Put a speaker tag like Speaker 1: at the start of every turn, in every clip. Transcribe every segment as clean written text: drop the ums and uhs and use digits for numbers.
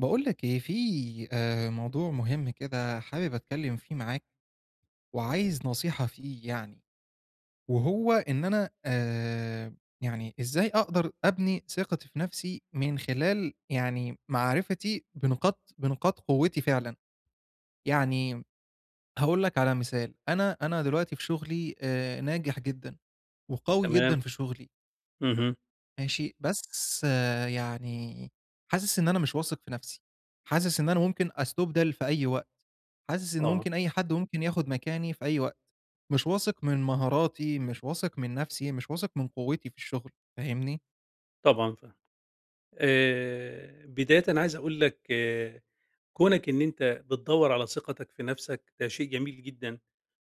Speaker 1: باقول لك إيه، في موضوع مهم كده حابب أتكلّم فيه معاك وعايز نصيحة فيه يعني، وهو إن أنا يعني إزاي أقدر أبني ثقتي في نَفْسي من خلال يعني معرفتي بنقاط قوتي فعلًا، يعني هاقول لك على مثال. أنا دلوقتي في شغلي ناجح جدًا وقوي جدًا
Speaker 2: تمام،
Speaker 1: في شغلي.
Speaker 2: اهم،
Speaker 1: ماشي، بس آه، يعني حاسس إن أنا مش واثق في نَفْسي، حاسس إن أنا ممكن أستُبدل في أي وقت، حاسس إن
Speaker 2: آه،
Speaker 1: ممكن أي حد ممكن ياخُد مكاني في أي وقت، مش واثق من مهاراتي، مش واثق من نَفْسي، مش واثق من قوتي في الشغل. فاهمني؟
Speaker 2: طبعًا فاهمك. بدايةً انا عايز أقول لك كونك إن أنت بتدوّر على ثقتك في نفسك ده شيء جميل جدًا،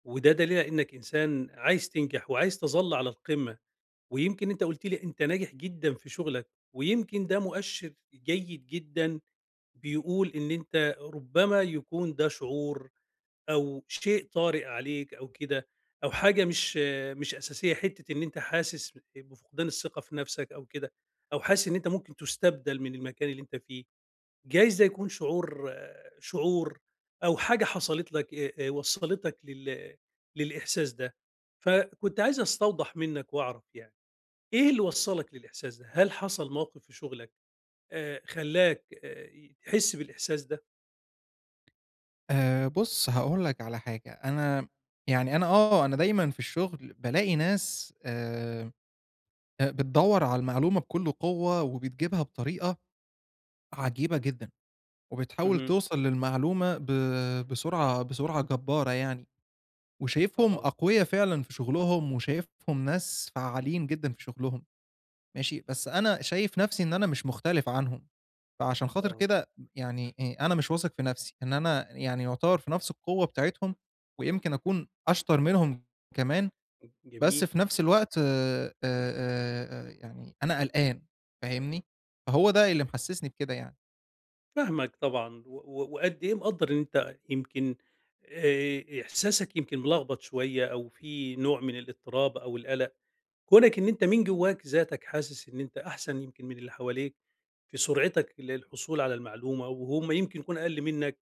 Speaker 2: وده دليل على إنك إنسان عايز تنجح وعايز تظَل على القمة، ويمكن أنت قُلت لي أنت ناجح جدًا في شغلك، ويمكن ده مؤشر جيد جدًا بيقول إن أنت ربما يكون ده شعور أو شيء طارئ عليك أو كده، أو حاجة مش أساسية، حتّة إن أنت حاسس بفقدان الثقة في نَفْسك أو كده، أو حاسس إن أنت ممكن تُستبدل من المكان اللي أنت فيه، جايز ده يكون شعور أو حاجة حصلت لك وصّلتك للإحساس ده. فكنت عايز أستوضح منّك وأعرف يعني، إيه اللي وصّلك للإحساس ده؟ هل حصل موقف في شغلك خلّاك تحس بالإحساس ده؟
Speaker 1: بُص هاقول لك على حاجة. أنا يعني أنا آه، أنا دايمًا في الشغل بالاقي ناس أ بتدوّر على المعلومة بكل قوة وبتجيبها بطريقة عجيبة جدًا. وبتحاول
Speaker 2: اهم،
Speaker 1: توصل للمعلومة بسرعة بسرعة جبارة يعني، وشايفهم
Speaker 2: آه،
Speaker 1: أقويا فعلًا في شغلهم، وشايفهم ناس فعّالين جدًا في شغلهم. ماشي، بس أنا شايف نفسي إن أنا مش مختلف عنهم، فعشان خاطر
Speaker 2: آه،
Speaker 1: كده يعني أنا مش واثق في نفسي، إن أنا يعني يعتبر في نفس القوة بتاعتهم، ويمكن أكون أشطر منهم كمان، بس
Speaker 2: جميل.
Speaker 1: في نفس الوقت يعني أنا قلقان، فاهمني؟ فهو ده اللي محسسني بكده يعني.
Speaker 2: فاهمك طبعًا، و و وقد إيه مقدّر إن أنت يمكن إحساسك يمكن ملخبط شوية أو في نوع من الاضطراب أو القلق، كونك إن أنت من جواك ذاتك حاسس إن أنت أحسن يمكن من اللي حواليك في سرعتك للحصول على المعلومة، وهُم يمكن يكونوا أقل منك،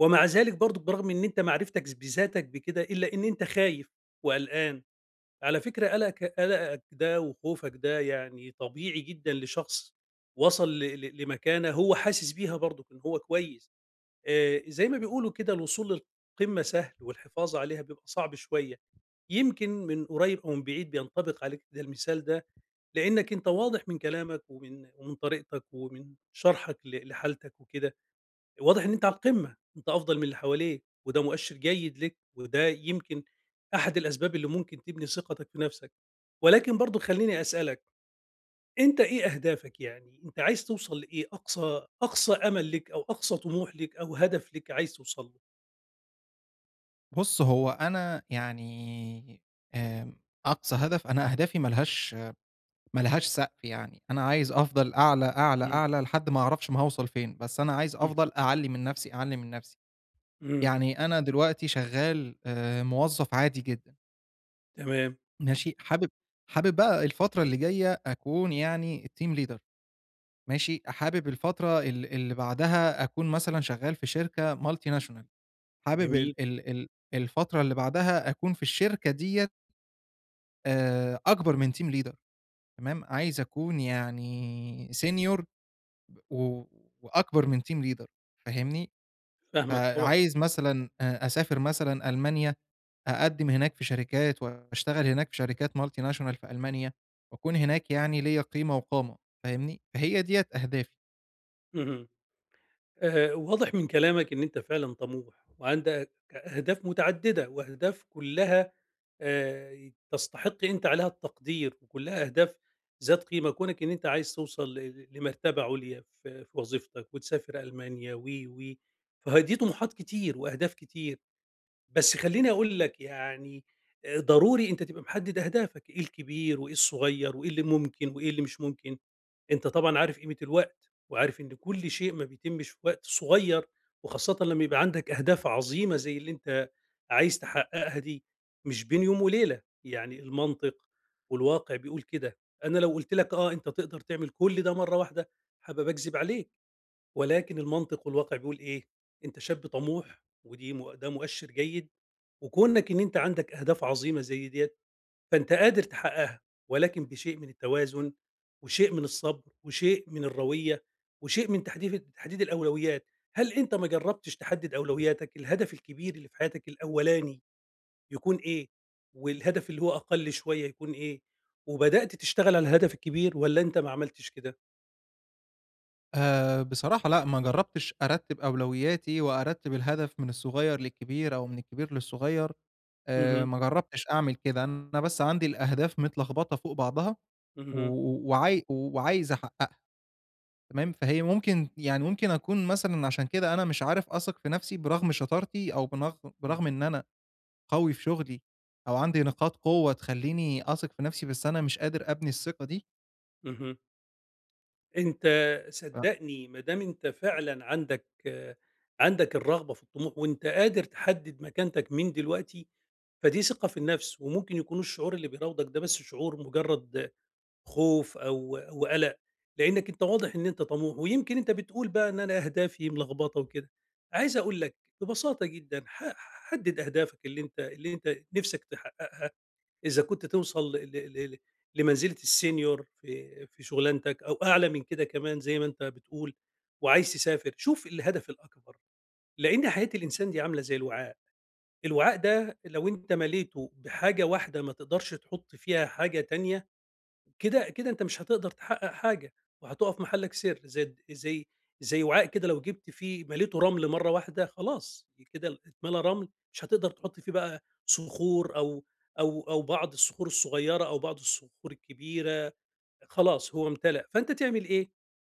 Speaker 2: ومع ذلك برضه برغم إن أنت معرفتك بذاتك بكده إلا إن أنت خايف وقلقان، على فكرة قلقك ده وخوفك ده يعني طبيعي جدًا لشخص وصل ل ل لمكانة هو حاسس بيها برضك إن هو كويس. زي ما بيقولوا كده الوصول للقمة سهل والحفاظ عليها بيبقى صعب شوية، يمكن من قريب أو من بعيد بينطبق عليك ده المثال ده، لإنك أنت واضح من كلامك ومن طريقتك ومن شرحك لحالتك وكده، واضح إن أنت على القمة، أنت أفضل من اللي حواليك، وده مؤشر جيد ليك، وده يمكن أحد الأسباب اللي ممكن تبني ثقتك في نفسك، ولكن برضه خلّيني أسألك، أنت إيه أهدافك يعني؟ أنت عايز توصل لإيه؟ أقصى أمل ليك أو أقصى طموح ليك أو هدف ليك عايز توصل له؟
Speaker 1: بُص، هو أنا يعني أقصى هدف، أنا أهدافي ما لهاش سقف يعني، أنا عايز أفضل أعلى، أعلى،
Speaker 2: إمم،
Speaker 1: أعلى لحد ما أعرفش ما هاوصل فين، بس أنا عايز
Speaker 2: إمم،
Speaker 1: أفضل أعلّي من نفسي، أعلّي من نفسي.
Speaker 2: إمم،
Speaker 1: يعني أنا دلوقتي شغال موظف عادي جدًا.
Speaker 2: تمام،
Speaker 1: ماشي، حابب بقى الفترة اللي جاية أكون يعني team leader. ماشي، حابب الفترة اللي بعدها أكون مثلًا شغال في شركة multinational. حابب
Speaker 2: جميل،
Speaker 1: ال ال ال الفترة اللي بعدها أكون في الشركة ديّة أكبر من team leader. تمام، عايز أكون يعني senior و وأكبر من team leader. فاهمني؟
Speaker 2: فاهمك طبعًا،
Speaker 1: فعايز مثلًا أسافر مثلًا ألمانيا، أقدّم هناك في شركات وأشتغل هناك في شركات multinational في ألمانيا، وأكون هناك يعني ليّا قيمة وقامة. فاهمني؟ فهي ديّة أهدافي.
Speaker 2: اهم، واضح من كلامك إن أنت فعلًا طموح وعندك أهداف متعددة وأهداف كلها تستحق أنت عليها التقدير وكلها أهداف ذات قيمة، كونك إن أنت عايز توصل لمرتبة عليا في وظيفتك وتسافر ألمانيا و، فه دي طموحات كتير وأهداف كتير. بس خلّيني أقول لك يعني ضروري أنت تبقى محدد أهدافك، إيه الكبير وإيه الصغير وإيه اللي ممكن وإيه اللي مش ممكن، أنت طبعًا عارف قيمة الوقت، وعارف إن كل شيء ما بيتمش في وقت صغير، وخاصةً لمّا يبقى عندك أهداف عظيمة زي اللي أنت عايز تحققها دي، مش بين يوم وليلة، يعني المنطق والواقع بيقول كده، أنا لو قُلت لك آه أنت تقدر تعمل كل ده مرّة واحدة، هابقى باكذب عليك، ولكن المنطق والواقع بيقول إيه، أنت شاب طموح ودي مؤ ده مؤشر جيد وكونك إن أنت عندك أهداف عظيمة زي ديّة، فأنت قادر تحققها، ولكن بشيء من التوازن، وشيء من الصبر، وشيء من الروية، وشيء من تحديد الأولويات. هل أنت ما جربتش تحدد أولوياتك؟ الهدف الكبير اللي في حياتك الأولاني يكون إيه؟ والهدف اللي هو أقل شوية يكون إيه؟ وبدأت تشتغل على الهدف الكبير والّا أنت ما عملتش كده؟
Speaker 1: بصراحة لأ، ما جرّبتش أرتّب أولوياتي وأرتّب الهدف من الصغير للكبير أو من الكبير للصغير،
Speaker 2: اهم،
Speaker 1: ما جرّبتش أعمل كده، أنا بس عندي الأهداف متلخبطة فوق بعضها و
Speaker 2: اهم،
Speaker 1: و وعاي وعايز أحققها. تمام، فهي ممكن يعني ممكن أكون مثلًا عشان كده أنا مش عارف أثق في نفسي برغم شطارتي أو
Speaker 2: إمم،
Speaker 1: برغم إن أنا قوي في شغلي، أو عندي نقاط قوة تخلّيني أثق في نفسي، بس أنا مش قادر أبني الثقة دي.
Speaker 2: اهم. أنت
Speaker 1: ف
Speaker 2: صدّقني ما دام أنت فعلًا عندك الرغبة في الطموح وأنت قادر تحدد مكانتك من دلوقتي، فدي ثقة في النفس، وممكن يكون الشعور اللي بيراودك ده بس شعور مجرد خوف أو قلق، لأنك أنت واضح إن أنت طموح، ويمكن أنت بتقول بقى إن أنا أهدافي ملخبطة وكده، عايز أقول لك ببساطة جدًا حدد أهدافك اللي أنت نِفْسك تحققها. إذا كنت توصل ل ل ل لمنزلة الsenior في شغلانتك أو أعلى من كده كمان زي ما أنت بتقول، وعايز تسافر، شوف الهدف الأكبر، لإن حياة الإنسان دي عاملة زي الوعاء، الوعاء ده لو أنت مليته بحاجة واحدة ما تقدرش تحط فيها حاجة تانية كده كده أنت مش هتقدر تحقق حاجة، وهتقف محلك سر زي الد زي زي وعاء كده لو جبت فيه مليته رمل مرة واحدة خلاص كده اتملى رمل، مش هتقدر تحط فيه بقى صخور أو بعض الصخور الصغيرة أو بعض الصخور الكبيرة خلاص هو امتلأ، فأنت تعمل إيه؟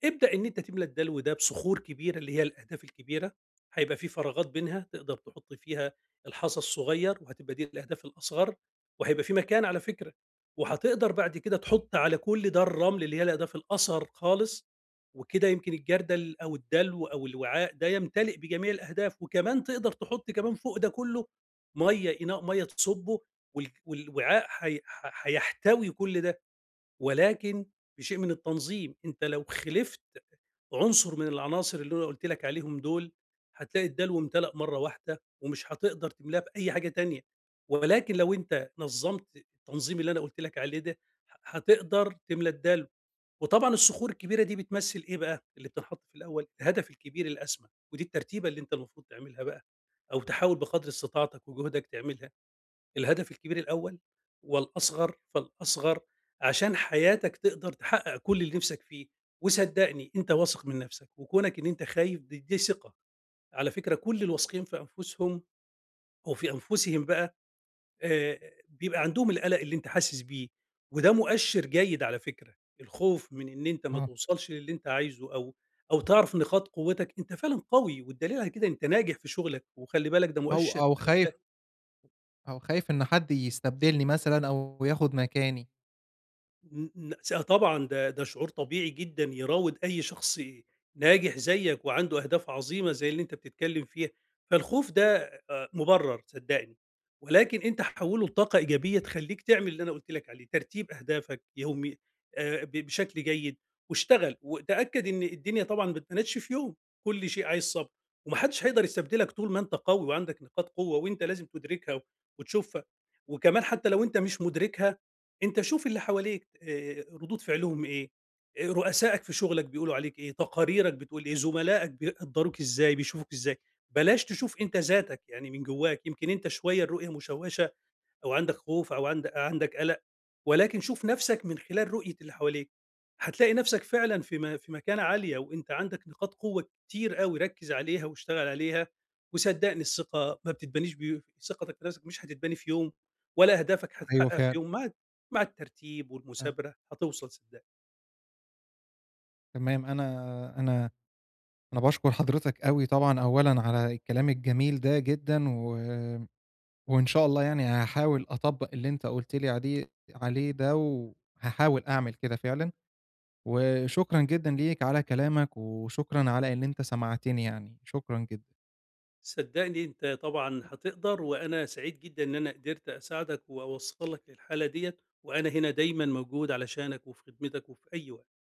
Speaker 2: ابدأ إن أنت تملى الدلو ده بصخور كبيرة اللي هي الأهداف الكبيرة، هيبقى في فراغات بينها تقدر تحط فيها الحصى الصغير، وهتبقى دي الأهداف الأصغر، وهيبقى في مكان على فكرة، وهتقدر بعد كده تحط على كل ده الرمل اللي هي الأهداف الأصغر خالص، وكده يمكن الجردل أو الدلو أو الوعاء ده يمتلئ بجميع الأهداف، وكمان تقدر تحط كمان فوق ده كله مَيّة إناء مَيّة تصُبّه والوعاء هي هيحتوي كل ده. ولكن بشيء من التنظيم، أنت لو خِلِفت عنصر من العناصر اللي أنا قُلت لك عليهم دول، هتلاقي الدلو امتلأ مرّة واحدة ومش هتقدر تملاه بأي حاجة تانية، ولكن لو أنت نظّمت التنظيم اللي أنا قُلت لك عليه ده، هتقدر تملى الدلو، وطبعًا الصخور الكبيرة دي بتمثّل إيه بقى، اللي بتنحط في الأول، الهدف الكبير الأسمى، ودي الترتيبة اللي أنت المفروض تعملها بقى، أو تحاول بقدر استطاعتك وجهدك تعملها. الهدف الكبير الأول والأصغر فالأصغر، عشان حياتك تقدر تحقق كل اللي نِفْسك فيه، وصدّقني أنت واثق من نَفْسك، وكونك إن أنت خايف دي ثقة، على فكرة كل الواثقين في أنفسهم أو في أنفسهم بقى آآ، بيبقى عندهم القلق اللي أنت حاسس بيه، وده مؤشِّر جيد على فكرة، الخوف من إن أنت ما
Speaker 1: آه،
Speaker 2: توصلش للي أنت عايزه أو تعرف نقاط قوتك، أنت فعلًا قوي والدليل على كده أنت ناجح في شغلك، وخلّي بالك ده
Speaker 1: أو
Speaker 2: مؤشِّر
Speaker 1: أو خايف، أو خايف إن حد يستبدلني مثلًا أو ياخد مكاني.
Speaker 2: ن ن س آه، طبعًا ده شعور طبيعي جدًا يراود أي شخص ناجح زيك وعنده أهداف عظيمة زي اللي أنت بتتكلم فيها، فالخوف ده مُبرَّر صدّقني، ولكن أنت حوّله لطاقة إيجابية تخلّيك تعمل اللي أنا قُلت لك عليه، ترتيب أهدافك يومي ب بشكل جيد واشتغل، وتأكد إن الدنيا طبعًا ما اتبنتش في يوم، كل شيء عايز صبر، وما حدش هيقدر يستبدلك طول ما أنت قوي وعندك نقاط قوة وأنت لازم تدركها وتشوفها، وكمان حتى لو أنت مش مُدركها أنت شوف اللي حواليك ردود فعلهم إيه، رؤسائك في شغلك بيقولوا عليك إيه، تقاريرك بتقول إيه، زملائك بيقدّروك إزاي، بيشوفوك إزاي، بلاش تشوف أنت ذاتك يعني من جواك، يمكن أنت شوية الرؤية مشوشة أو عندك خوف أو عندك قلق، ولكن شوف نفسك من خلال رؤية اللي حواليك، هتلاقي نفسك فعلًا في مكانة عالية وأنت عندك نقاط قوة كتير أوي ركز عليها واشتغل عليها، وصدقني الثقة ما بتتبنيش ثقتك في نفسك مش هتتبني في يوم، ولا أهدافك
Speaker 1: أيوه
Speaker 2: هتتحقق في
Speaker 1: فعلًا،
Speaker 2: يوم، مع الترتيب
Speaker 1: فعلًا،
Speaker 2: والمثابرة هتوصل صدقني،
Speaker 1: تمام. أنا أنا باشكر حضرتك أوي طبعًا أولًا على الكلام الجميل ده جدًا، و وإن شاء الله يعني هاحاول أطبّق اللي أنت قُلت لي عليه ده، وهاحاول أعمل كده فعلًا، وشكرًا جدًا ليك على كلامك، وشكرًا على إن أنت سمعتني يعني، شكرًا جدًا.
Speaker 2: صدقني أنت طبعًا هتقدر، وأنا سعيد جدًا إن أنا قدرت أساعدك وأوصل لك للحالة ديّة، وأنا هنا دايمًا موجود علشانك وفي خدمتك وفي أي وقت.